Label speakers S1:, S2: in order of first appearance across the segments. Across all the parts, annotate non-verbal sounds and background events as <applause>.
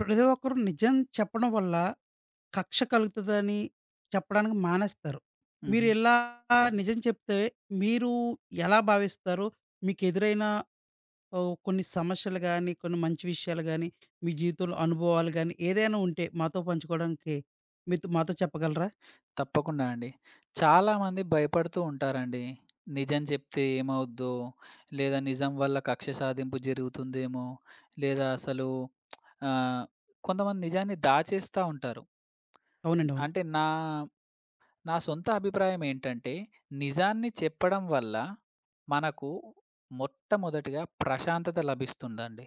S1: ప్రతి ఒక్కరు నిజం చెప్పడం వల్ల కక్ష కలుగుతదని చెప్పడానికి మానేస్తారు. మీరు
S2: హుహు.
S1: ఇలా నిజం చెప్తే మీరు ఎలా భావిస్తారు? మీకు ఎదురైన కొన్ని సమస్యలు గాని, కొన్ని మంచి విషయాలు గాని, మీ జీవితంలో అనుభవాలు గాని ఏదైనా ఉంటే మాతో పంచుకోవడానికి మీతో మాతో చెప్పగలరా?
S2: తప్పకుండా అండి. చాలామంది భయపడుతూ ఉంటారండి. నిజం చెప్తే ఏమవుద్దో, లేదా నిజం వల్ల కక్ష సాధింపు జరుగుతుందేమో, లేదా అసలు ఆహ్, కొంతమంది నిజాన్ని దాచేస్తా ఉంటారు.
S1: అవునండి. అవును.
S2: అంటే నా సొంత అభిప్రాయం ఏంటంటే, నిజాన్ని చెప్పడం వల్ల మనకు మొట్టమొదటిగా ప్రశాంతత లభిస్తుందండి.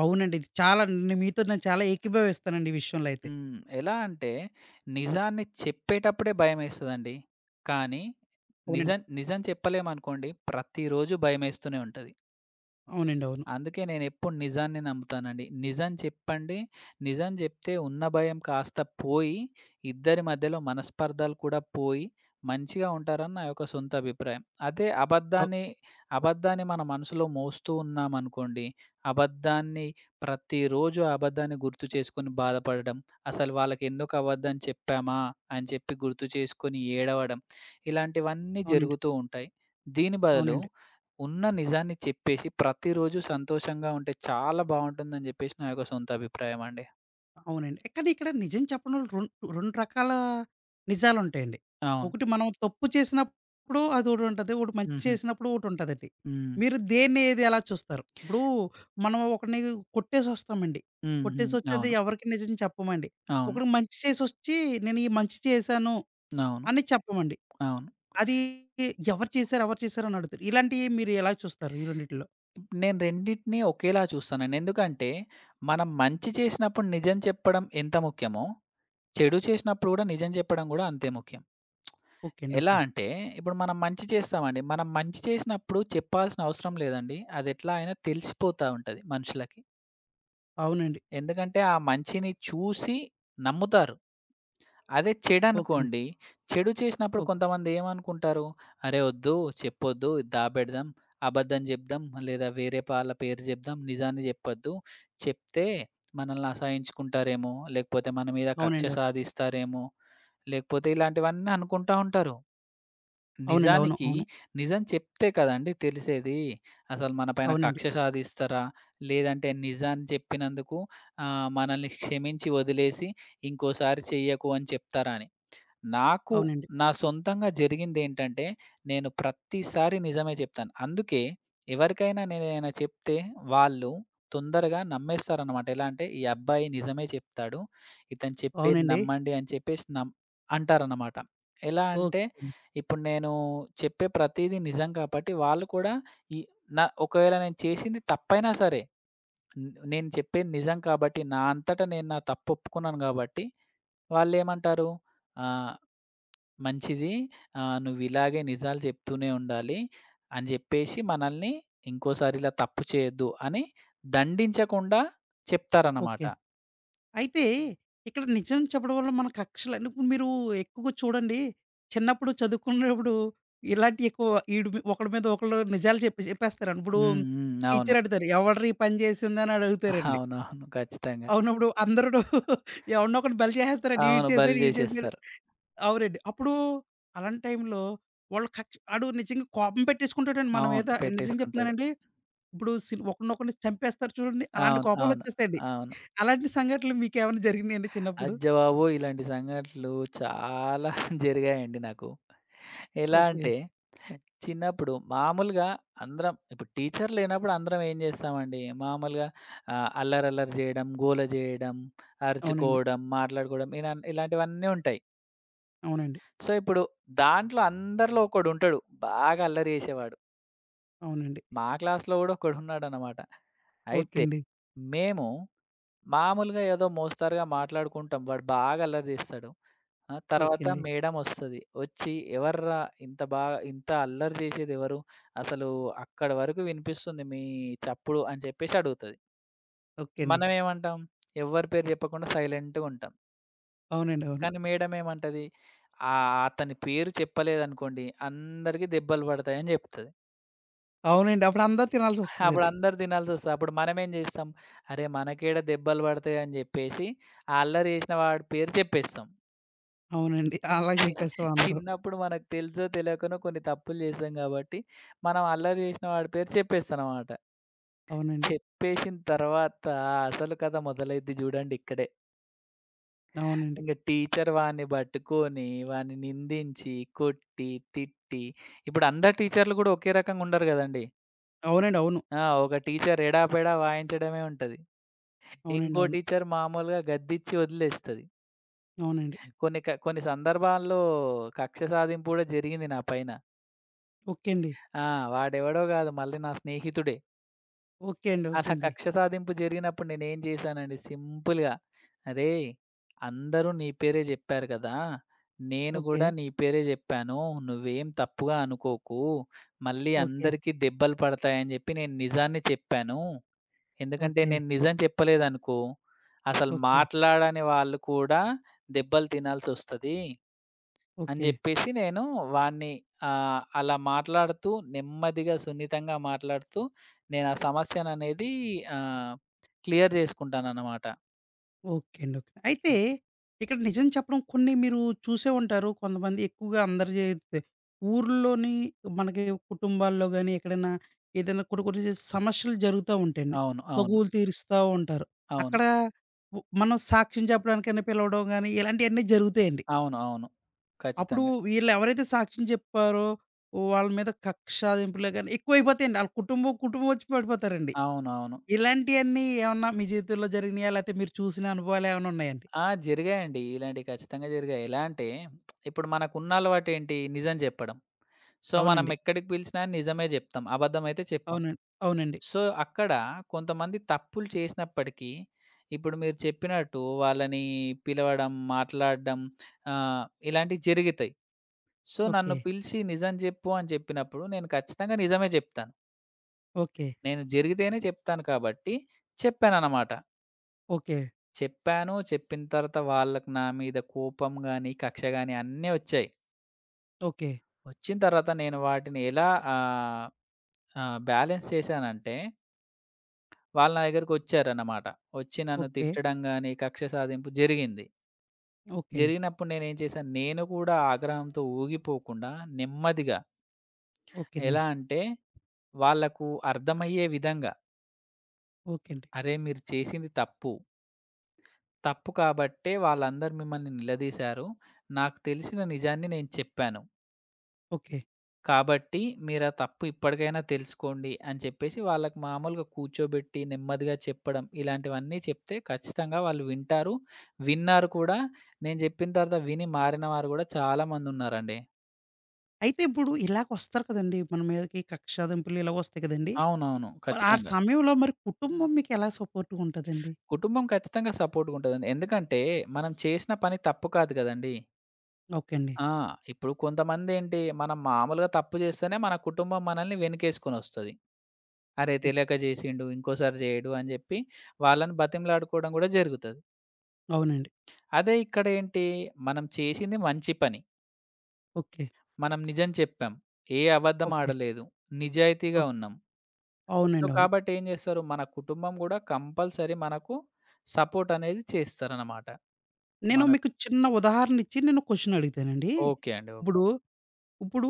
S1: అవునండి. ఇది చాలా మీతో నేను చాలా ఏకీభవిస్తానండి ఈ విషయంలో అయితే.
S2: హ్మ్. ఎలా అంటే నిజాన్ని చెప్పేటప్పుడే భయమేస్తదండి. కానీ
S1: అవునండి.
S2: నిజం నిజం చెప్పలేమనుకోండి ప్రతిరోజు భయమేస్తూనే ఉంటది.
S1: అవునండి. అవును.
S2: అందుకే నేనెప్పుడు నిజాన్ని నమ్ముతానండి. నిజం చెప్పండి. నిజం జెప్తే ఉన్న భయం కాస్త పోయి, ఇద్దరి మధ్యలో మనస్పర్ధలు కూడా పోయి, మంచిగా ఉంటారని నా యొక్క సొంత అభిప్రాయం. అదే
S1: అవ్
S2: అబద్ధాన్ని, అబద్ధాన్ని మన మనసులో మోస్తూ ఉన్నామనుకోండి, అబద్ధాన్ని ప్రతిరోజు ఆ అబద్ధాన్ని గుర్తు చేసుకొని బాధపడడం, అసలు వాళ్ళకెందుకు అబద్ధం చెప్పామా అని చెప్పి గుర్తు చేసుకొని ఏడవడం, ఇలాంటివన్నీ
S1: అవునండి.
S2: జరుగుతూ ఉంటాయి. దీని బదులు
S1: అవునండి.
S2: ఉన్న నిజాన్ని చెప్పేసి ప్రతిరోజు సంతోషంగా ఉంటే చాలా బావుంటుందని జెప్పేసి నా యొక్క సొంత అభిప్రాయం అండి.
S1: అవునండి. కానీ ఇక్కడ నిజం చెప్పడంలో 2 రకాల నిజాలుంటాయండి.
S2: అవును.
S1: ఒకటి మనం తప్పు చేసినప్పుడు అదోటుంటది. ఒకటి మంచి
S2: హుహు.
S1: చేసినప్పుడు ఒకటుంటదండి.
S2: హ్మ్.
S1: మీరు దేన్ని ఏది ఎలా చూస్తారు? ఇప్పుడు మనం ఒకడిని కొట్టేసొస్తామండి.
S2: హ్మ్. హ్మ్.
S1: కొట్టేసొచ్చి అది
S2: అవును.
S1: ఎవరికీ నిజం చెప్పమండి.
S2: అవును.
S1: ఒకడికి మంచి చేసొచ్చి నేను ఈ మంచి చేశాను
S2: అవును.
S1: అని చెప్పమండి.
S2: అవును.
S1: అది ఎవరు చేశారు? ఎవరు చేశారు? అని అడుగుతారు. ఇలాంటియి మీరు ఎలా చూస్తారు ఈ రెండిటిలో?
S2: నేను రెండిటిని ఒకేలా చూస్తానండి. ఎందుకంటే మనం మంచి చేసినప్పుడు నిజం చెప్పడం ఎంత ముఖ్యమో, చెడు చేసినప్పుడు గూడా నిజం చెప్పడం గూడా అంతే ముఖ్యం.
S1: ఓకే అండి.
S2: ఎలా
S1: ఓకే అండి.
S2: అంటే ఇప్పుడు మనం మంచి చేస్తామండి. మనం మంచి చేసినప్పుడు చెప్పాల్సిన అవసరం లేదండి. అదెట్లా అయినా తెలిసిపోతా ఉంటది మనుషులకి.
S1: అవునండి.
S2: ఎందుకంటే ఆ మంచిని చూసి నమ్ముతారు. అదే
S1: ఓకే అండి.
S2: చెడనుకోండి, చెడు చేసినప్పుడు
S1: ఓకే అండి,
S2: కొంతమందేమనుకుంటారు, "అరే! ఒద్దు, చెప్పొద్దు, ఇది దాబెడదాం, అబద్ధం జెప్దాం, లేదా వేరే వాళ్ళ పేరు జెప్దాం, నిజాన్ని జెప్పొద్దు. చెప్తే మనల్ని అసహించుకుంటారేమో, లేకపోతే మన మీద కక్ష
S1: అవునండి. అవును.
S2: సాధిస్తారేమో, లేకపోతే ఇలాంటివన్నీ అనుకుంటా ఉంటారు."
S1: అవునండి. అవును.
S2: నిజానికి
S1: అవును.
S2: నిజం చెప్తే కదండీ తెలిసేది. అసలు మన పైన
S1: అవునండి.
S2: కక్ష సాధిస్తారా? లేదంటే నిజాన్ని చెప్పినందుకు మనల్ని క్షమించి వదిలేసి ఇంకోసారి చెయ్యకు అని చెప్తారా అని. నాకు
S1: అవునండి.
S2: నా సొంతంగా జరిగిందేంటంటే, నేను ప్రతిసారి నిజమే చెప్తాను. అందుకే ఎవరికైనా నేనేదైనా చెప్తే వాళ్ళు తొందరగా నమ్మేస్తారనమాట. ఎలా అంటే, "ఈ అబ్బాయి నిజమే చెప్తాడు. ఇతను చెప్పేది
S1: అవునండి.
S2: నమ్మండి" అని చెప్పేసి అంటారనమాట. ఎలా
S1: ఓకే
S2: అంటే,
S1: అండి.
S2: ఇప్పుడు నేను చెప్పే ప్రతీదీ నిజం కాబట్టి వాళ్ళు కూడా ఈ నా ఒకవేళ నేను చేసింది తప్పైనా సరే, నేను చెప్పేది నిజం కాబట్టి, నా అంతట నేను నా తప్పు ఒప్పుకున్నాను కాబట్టి, వాళ్ళేమంటారు, "ఆ! మంచిది. నువ్విలాగే నిజాలు చెప్తూనే ఉండాలి. అని జెప్పేసి మనల్ని ఇంకోసారి ఇలా తప్పు చేయొద్దు అని దండించకుండా
S1: ఓకే
S2: చెప్తారన్నమాట.
S1: అండి. అయితే ఇక్కడ నిజం చెప్పడం వల్ల మన కక్షలన్నీ ఇప్పుడు మీరు ఎక్కువగా చూడండి, చిన్నప్పుడు చదువుకునేటప్పుడు ఇలాంటియి ఎక్కువ ఈడు మీ ఒకళ్ళ మీద ఒకళ్ళు నిజాలు చెప్పి చెప్పేస్తారండి. ఇప్పుడు
S2: హ్మ్. హ్మ్. అవును.
S1: టీచర్ అడుగుతారు, "ఎవడ్రా ఈ పని చేసిందని" అడుగుతారండి.
S2: అవునవును. ఖచ్చితంగా.
S1: అవునప్పుడు అందరూను <laughs> ఎవడినో ఒకడిని బలి చేసేస్తారండి. "ఈడు
S2: అవును. బలి
S1: చేసాడు, ఈడు చేసాడు."
S2: జేసేస్తారు.
S1: అవునండి. అప్పుడు అలాంటి టైంలో వాళ్ళు కక్ష ఆడు నిజంగా కోపం పెట్టేసుకుంటాడండి మన
S2: అవును.
S1: మీద. నిజం
S2: పెట్టేసుకుంటాడు.
S1: చెప్తున్నానండి. ఇప్పుడు ఒకడినొకడిని చంపేస్తారు చూడండి, అలాంటి
S2: అవును. అవును.
S1: కోపాలొచ్చేస్తాయండి.
S2: అవును.
S1: అలాంటి సంఘటనలు మీకేమైనా జరిగినాయండి చిన్నప్పుడు?
S2: అజ్జబాబోయ్! ఇలాంటి సంఘటనలు చాలా <laughs> జరిగాయండి నాకు. ఎలా
S1: ఓకే.
S2: అంటే, చిన్నప్పుడు మామూలుగా అందరం ఇప్పుడు టీచర్ లేనప్పుడు అందరం ఏం చేస్తామండి, మామూలుగా అల్లరల్లరి చేయడం, గోల చేయడం,
S1: అవునండి.
S2: అరుచుకోవడం, మాట్లాడుకోవడం ఇలా ఇలాంటివన్నీ ఉంటాయి.
S1: అవునండి.
S2: సో, ఇప్పుడు దాంట్లో అందరిలో ఒకడుంటాడు. బాగా అల్లరి చేసేవాడు.
S1: అవునండి.
S2: మా క్లాస్‌లో కూడా ఒకడున్నాడనమాట.
S1: ఓకే
S2: అయితే
S1: అండి.
S2: మేము మామూలుగా ఏదో మోస్తరుగా మాట్లాడుకుంటాం. వాడు బాగా అల్లరి జేస్తాడు. ఆ!
S1: ఓకే
S2: తర్వాత
S1: అండి.
S2: మేడమొస్తది. వచ్చి "ఎవర్రా ఇంత బా ఇంత అల్లరి జేసేదెవరు? అసలు అక్కడి వరకు వినిపిస్తుంది మీ చప్పుడు" అని చెప్పేసి అడుగుతది.
S1: ఓకే అండి.
S2: మనమేమంటాం? ఎవ్వరి పేరు జెప్పకుండా సైలెంట్‌గా ఉంటాం.
S1: అవునండి. అవును.
S2: కానీ మేడమేమంటది? అతని పేరు చెప్పలేదనుకోండి అందరికి దెబ్బలు పడతాయని జెప్తది.
S1: అవునండి. అప్పుడు అందరూ
S2: అప్పుడు
S1: తినాల్సొస్తదండి.
S2: అందరూ తినాల్సొస్తది. అప్పుడు మనమేం జేస్తాం? అరే! మనకేడ దెబ్బలు పడతాయని జెప్పేసి ఆ అల్లరి జేసిన వాడి పేరు చెప్పేస్తాం.
S1: అవునండి. అలా
S2: చి
S1: చెప్పేస్తాం అందరం.
S2: చిన్నప్పుడు మనకు తెలుసో తెలియకనో కొన్ని తప్పులు చేసాం కాబట్టి, మనం అల్లరి చేసిన వాడి పేరు చెప్పేస్తామనమాట.
S1: అవునండి.
S2: చెప్పేసిన తర్వాత అసలు కథ మొదలైద్ది చూడండి ఇక్కడే.
S1: అవునండి.
S2: ఇంక టీచర్ వాడిని పట్టుకొని, వాడిని నిందించి, కొట్టి, తిట్టి ఇప్పుడు అందరు టీచర్‌లు కూడా ఒకే రకంగా ఉండరు గదండీ!
S1: అవునండి. అవును.
S2: ఆ! ఒక టీచర్ ఎడాపెడా వాయించడమే ఉంటది.
S1: అవునండి.
S2: ఇంకో
S1: అవును.
S2: టీచర్ మామూలుగా గద్దిచ్చి వదిలేస్తది.
S1: అవునండి.
S2: కొన్ని సందర్భాల్లో కక్ష సాధింపు కూడా జరిగింది నా పైన.
S1: ఓకే అండి.
S2: ఆ! వాడెవడో గాదు. మళ్ళీ నా స్నేహితుడే.
S1: ఓకే అండి. ఓకే
S2: అలా
S1: అండి.
S2: కక్ష సాధింపు జరిగినప్పుడు నేనేం చేశానండి సింపుల్‌గా, "అరేయ్! అందరూ నీ పేరే జెప్పారు గదా! నేను
S1: ఓకే.
S2: గూడా నీ పేరే జెప్పాను. నువ్వేం తప్పుగా అనుకోకు. మళ్ళీ
S1: ఓకే.
S2: అందరికీ దెబ్బలు పడతాయని" జెప్పి నేను నిజాన్ని చెప్పాను. ఎందుకంటే
S1: ఓకే.
S2: నేను నిజం చెప్పలేదనుకో, అసలు
S1: ఓకే.
S2: మాట్లాడని వాళ్ళు కూడా దెబ్బలు తినాల్సొస్తది. అని
S1: ఓకే.
S2: జెప్పేసి నేను వాడిని అలా మాట్లాడుతూ నెమ్మదిగా, సున్నితంగా మాట్లాడుతూ నేను ఆ సమస్యననేది ఆహ్, క్లియర్ జేసుకుంటాననమాట.
S1: ఓకే అండి. ఓకే. అయితే
S2: హ్మ్.
S1: ఇక్కడ నిజం చెప్పడం కొన్ని మీరు చూసే ఉంటారు. కొంతమంది ఎక్కువగా అందరు చేతే ఊర్లోని మనకి కుటుంబాల్లో గాని, ఎక్కడైనా ఏదైనా కొన్ని కొన్ని సమస్యలు జరుగుతా ఉంటాయండి.
S2: అవును. అవును.
S1: తగువులు తీరుస్తా ఉంటారు.
S2: అవును.
S1: అక్కడ మనం సాక్ష్యం చెప్పడానికైనా పిలవడం గాని, ఇలాంటియన్నీ జరుగుతాయండి.
S2: అవును. అవును.
S1: అప్పుడు
S2: ఖచ్చితంగా.
S1: వీళ్ళు ఎవరైతే సాక్ష్యం చెప్పారో వాళ్ళ మీద కక్ష సాధింపులే గాని ఎక్కువైపోతాయండి. ఆళ్ళ కుటుంబం వచ్చి పడిపోతారండి.
S2: అవునవును.
S1: ఇలాంటియన్నీ ఏమన్నా మీ జీవితంలో జరిగినాయా? లేతే మీరు చూసిన అనుభవాలు ఏమైనా ఉన్నాయా?
S2: ఆ! జరిగాయండి. ఇలాంటివి ఖచ్చితంగా జరిగాయి. ఎలా అంటే ఇప్పుడు మనకున్న అలవాటేంటి నిజం జెప్పడం. సో, మనం
S1: అవునండి.
S2: ఎక్కడికి పిలిచినా నిజమే జెప్తాం. అబద్ధం అయితే చెప్పం.
S1: అవునండి. అవునండి.
S2: సో, అక్కడ కొంతమంది తప్పులు చేసినప్పటికీ, ఇప్పుడు మీరు చెప్పినట్టు వాళ్ళని పిలవడం, మాట్లాడడం ఆహ్, ఇలాంటివి జరుగుతాయి. సో, నన్ను
S1: ఓకే.
S2: పిలిచి నిజం జెప్పు అని జెప్పినప్పుడు నేను ఖచ్చితంగా నిజమే జెప్తాను.
S1: ఓకే.
S2: నేను జరిగితేనే చెప్తాను కాబట్టి చెప్పాననమాట.
S1: ఓకే.
S2: చెప్పాను. చెప్పిన తర్వాత వాళ్ళకి నా మీద కోపం గాని, కక్ష గాని అన్నీ ఒచ్చాయి.
S1: ఓకే.
S2: ఒచ్చిన తర్వాత నేను వాటిని ఎలా ఆహ్, ఆహ్, బ్యాలెన్స్ చేశానంటే వాళ్ళు నా దగ్గరకొచ్చారన్నమాట. వచ్చి నన్ను
S1: ఓకే.
S2: తిట్టడం గాని, కక్ష సాధింపు జరిగింది.
S1: ఓకే అండి.
S2: జరిగినప్పుడు నేనేం చేశాను, నేను కూడా ఆగ్రహంతో ఊగిపోకుండా నెమ్మదిగా
S1: ఓకే అండి.
S2: ఎలా అంటే, వాళ్ళకు అర్థమయ్యే విధంగా,
S1: ఓకే అండి.
S2: "అరే! మీరు చేసింది తప్పు. తప్పు కాబట్టే వాళ్ళందరూ మిమ్మల్ని నిలదీశారు. నాకు తెలిసిన నిజాన్ని నేను చెప్పాను.
S1: ఓకే.
S2: కాబట్టి మీరా తప్పు ఇప్పటికైనా తెలుసుకోండి అని చెప్పేసి వాళ్ళకి మామూలుగా కూర్చోబెట్టి, నెమ్మదిగా చెప్పడం ఇలాంటివన్నీ చెప్తే ఖచ్చితంగా వాళ్ళు వింటారు. విన్నారు కూడా. నేను చెప్పిన తర్వాత విని మారిన వారు గూడా చాలామందున్నారండి.
S1: అయితే ఇప్పుడు ఇలాగొస్తారు కదండీ! మన మీదకి కక్షాదింపులు ఇలాగొస్తాయి కదండీ!
S2: అవునవును.
S1: మరి ఆ
S2: ఖచ్చితంగా.
S1: సమయంలో మరి కుటుంబం మీకెలా సపోర్ట్‌గా ఉంటదండి?
S2: కుటుంబం ఖచ్చితంగా సపోర్ట్‌గుంటదండి. ఎందుకంటే మనం చేసిన పని తప్పు కాదు గదండీ!
S1: ఓకే అండి.
S2: ఆ! ఇప్పుడు కొంతమందేంటి మనం మామూలుగా తప్పు జేస్తేనే మన కుటుంబం మనల్ని వెనకేసుకొనొస్తది. అరే!
S1: హ్మ్.
S2: తెలియక జేసిండు ఇంకోసారి జేయడు అని జెప్పి వాళ్ళని బతిమలాడుకోవడం గూడా జరుగుతది.
S1: అవునండి.
S2: అదే ఇక్కడేంటి, మనం చేసింది మంచి పని.
S1: ఓకే.
S2: మనం నిజం చెప్పాం. ఏ అబద్ధం
S1: ఓకే.
S2: ఆడలేదు. నిజాయితీగా
S1: ఓకే.
S2: ఉన్నాం. సో,
S1: అవునండి. అవును.
S2: కాబట్టి ఏం చేస్తారు, మన కుటుంబం గూడా కంపల్సరీ మనకు సపోర్ట్ అనేది చేస్తారనమాట.
S1: నేను
S2: మనకు
S1: మీకు చిన్న ఉదాహరణ ఇచ్చి నేను క్వెషన్ అడుగుతానండి.
S2: ఓకే అండి. ఓకే.
S1: ఇప్పుడు ఇప్పుడు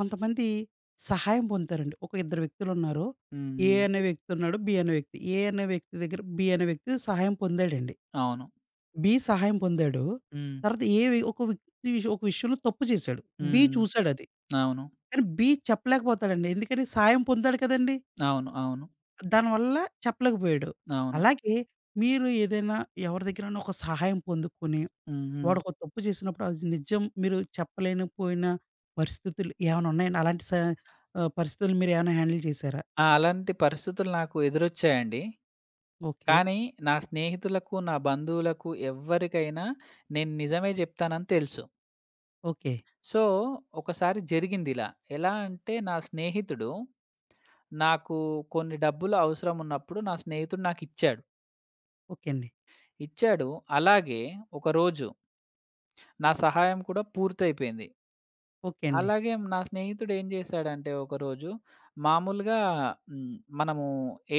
S1: కొంతమంది సహాయం పొందుతారండి. ఒక ఇద్దరు వ్యక్తులున్నారు.
S2: హ్మ్.
S1: ఏ
S2: హ్మ్.
S1: అనే వ్యక్తి ఉన్నాడు. బి అనే వ్యక్తి. ఏ అనే వ్యక్తి దగ్గర బి అనే వ్యక్తి సహాయం పొందాడండి.
S2: అవును.
S1: బి సహాయం పొందాడు.
S2: హ్మ్.
S1: తర్వాత ఏ వి ఒక వ్యక్తి ఒక విషయంలో తప్పు చేశాడు.
S2: హ్మ్.
S1: బి
S2: హ్మ్.
S1: చూసాడది.
S2: అవును.
S1: కానీ బి చెప్పలేకపోతాడండి. ఎందుకని సహాయం పొందాడు కదండీ!
S2: అవును. అవును.
S1: దానివల్ల చెప్పలేకపోయాడు.
S2: అవును.
S1: అలాగే మీరు ఏదైనా ఎవరి దగ్గరైనా ఒక సహాయం పొందుకొని
S2: హ్మ్. హ్మ్.
S1: వాడొక తప్పు చేసినప్పుడు అది నిజం మీరు చెప్పలేనిపోయిన పరిస్థితులు ఏమైనా ఉన్నాయండి? అలాంటి స పరిస్థితులు మీరేమైనా హ్యాండిల్ చేసారా?
S2: ఆ! అలాంటి పరిస్థితులు నాకు ఎదురొచ్చాయండి.
S1: ఓకే.
S2: కానీ నా స్నేహితులకు, నా బంధువులకు ఎవ్వరికైనా నేను నిజమే జెప్తానని తెలుసు.
S1: ఓకే.
S2: సో, ఒకసారి జరిగిందిలా. ఎలా అంటే నా స్నేహితుడు నాకు కొన్ని డబ్బులు అవసరం ఉన్నప్పుడు నా స్నేహితుడు నాకిచ్చాడు. ఇచ్చాడు.
S1: ఓకే అండి.
S2: ఇచ్చాడు అలాగే ఒకరోజు నా సహాయం కూడా పూర్తయిపోయింది.
S1: ఓకే అండి.
S2: అలాగే నా స్నేహితుడు ఏం చేశాడంటే ఒకరోజు మామూలుగా మనము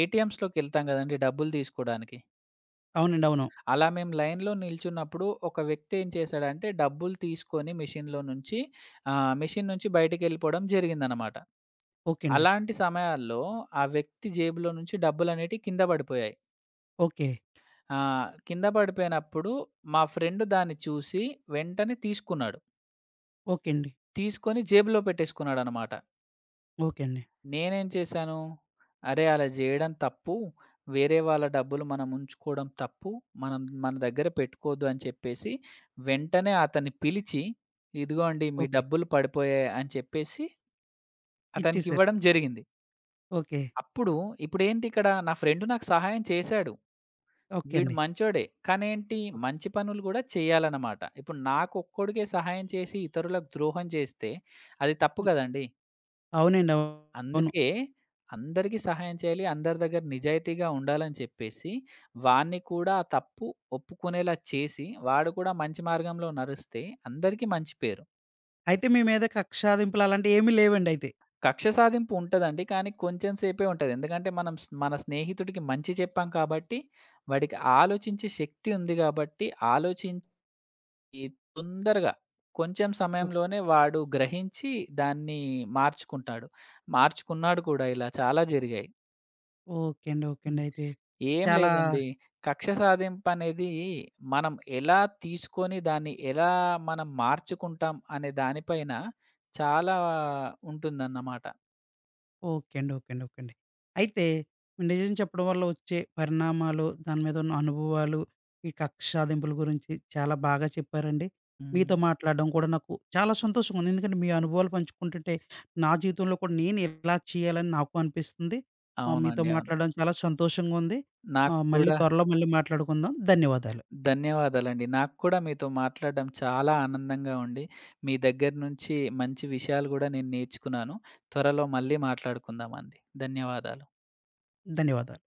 S2: ఏటీఎమ్స్‌లోకెళ్తాం గదండీ డబ్బులు తీసుకోడానికి.
S1: అవునండి. అవును.
S2: అలా మేము లైన్‌లో నిల్చున్నప్పుడు ఒక వ్యక్తి ఏం చేశాడంటే డబ్బులు తీసుకొని మెషిన్‌లో నుంచి మెషిన్ నుంచి బయటికెళ్ళిపోవడం జరిగిందనమాట.
S1: ఓకే అండి.
S2: అలాంటి సమయాల్లో ఆ వ్యక్తి జేబులో నుంచి డబ్బులనేటివి కింద పడిపోయాయి.
S1: ఓకే.
S2: ఆ! కింద పడిపోయినప్పుడు మా ఫ్రెండ్ దాన్ని చూసి వెంటనే తీసుకున్నాడు.
S1: ఓకే అండి.
S2: తీసుకొని జేబులో పెట్టేసుకున్నాడనమాట.
S1: ఓకే అండి.
S2: నేనేం చేశాను, "అరే! అలా జేయడం తప్పు. వేరే వాళ్ళ డబ్బులు మనం ఉంచుకోవడం తప్పు. మనం మన దగ్గర పెట్టుకోవద్దు" అని చెప్పేసి వెంటనే అతన్ని పిలిచి, "ఇదిగోండి మీ
S1: ఓకే.
S2: డబ్బులు పడిపోయాయి" అని చెప్పేసి అతనికి
S1: ఇచ్చేసారు.
S2: ఇవ్వడం జరిగింది.
S1: ఓకే.
S2: అప్పుడు ఇప్పుడేంటి ఇక్కడ నా ఫ్రెండ్ నాకు సహాయం చేశాడు.
S1: ఓకే
S2: వీడు
S1: అండి.
S2: మంచోడే. కానీ ఏంటి
S1: ఓహ్!
S2: మంచి పనులు గూడా చేయాలనమాట. ఇప్పుడు నాకొక్కడికే సహాయం చేసి ఇతరులకు ద్రోహం చేస్తే అది తప్పు
S1: హ్మ్.
S2: గదండీ!
S1: అవునండి. అవును.
S2: అందుకే అందరికీ సహాయం చేయాలి. అందరి దగ్గర నిజాయితీగా ఉండాలని చెప్పేసి వాడిని కూడా ఆ తప్పు ఒప్పుకునేలా చేసి వాడు కూడా మంచి మార్గంలో నడిస్తే అందరికీ మంచి పేరు.
S1: అయితే మీ మీద కక్షాదింపులు అలాంటియేమీ లేవండి అయితే?
S2: కక్ష సాధింపు ఉంటదండి. కానీ కొంచెం సేపే ఉంటది. ఎందుకంటే మనం స్ మన స్నేహితుడికి మంచి చెప్పాం కాబట్టి వాడికి ఆలోచించే శక్తి ఉంది గాబట్టి ఆలోచించి ఈ తొందరగా కొంచెం
S1: ఓహ్!
S2: సమయంలోనే వాడు గ్రహించి దాన్ని మార్చుకుంటాడు. మార్చుకున్నాడు కూడా ఇలా చాలా జరిగాయి.
S1: ఓకే అండి. ఓకే
S2: హ్మ్.
S1: అండి. అయితే
S2: ఏం
S1: చాలా
S2: లేదండి. కక్ష సాధింపనేది మనం ఎలా తీసుకొని దాన్ని ఎలా మనం మార్చుకుంటాం అనే దానిపైన చాలా ఉంటుందన్నమాట.
S1: ఓకే అండి. ఓకే అండి. ఓకే అండి. అయితే నిజం చెప్పడం వల్ల వచ్చే పరిణామాలు, దాని మీద ఉన్న అనుభవాలు, ఈ కక్ష సాధింపుల గురించి చాలా బాగా చెప్పారండి.
S2: హ్మ్.
S1: మీతో మాట్లాడడం కూడా నాకు చాలా సంతోషంగా ఉంది. ఎందుకంటే మీ అనుభవాలు పంచుకుంటుంటే నా జీవితంలో కూడా నేను ఇలా చేయాలని నాకు అనిపిస్తుంది. మీతో
S2: అవునండి. అవును.
S1: మాట్లాడడం చాలా సంతోషంగా ఉంది.
S2: నాకు
S1: మళ్ళీ
S2: కూడా
S1: త్వరలో మళ్ళీ మాట్లాడుకుందాం. ధన్యవాదాలు.
S2: ధన్యవాదాలండి. నాకు కూడా మీతో మాట్లాడడం చాలా ఆనందంగా ఉంది. మీ దగ్గర నుంచి మంచి విషయాలు గూడా నేను నేర్చుకున్నాను. త్వరలో మళ్ళీ మాట్లాడుకుందామండి. ధన్యవాదాలు.
S1: ధన్యవాదాలు.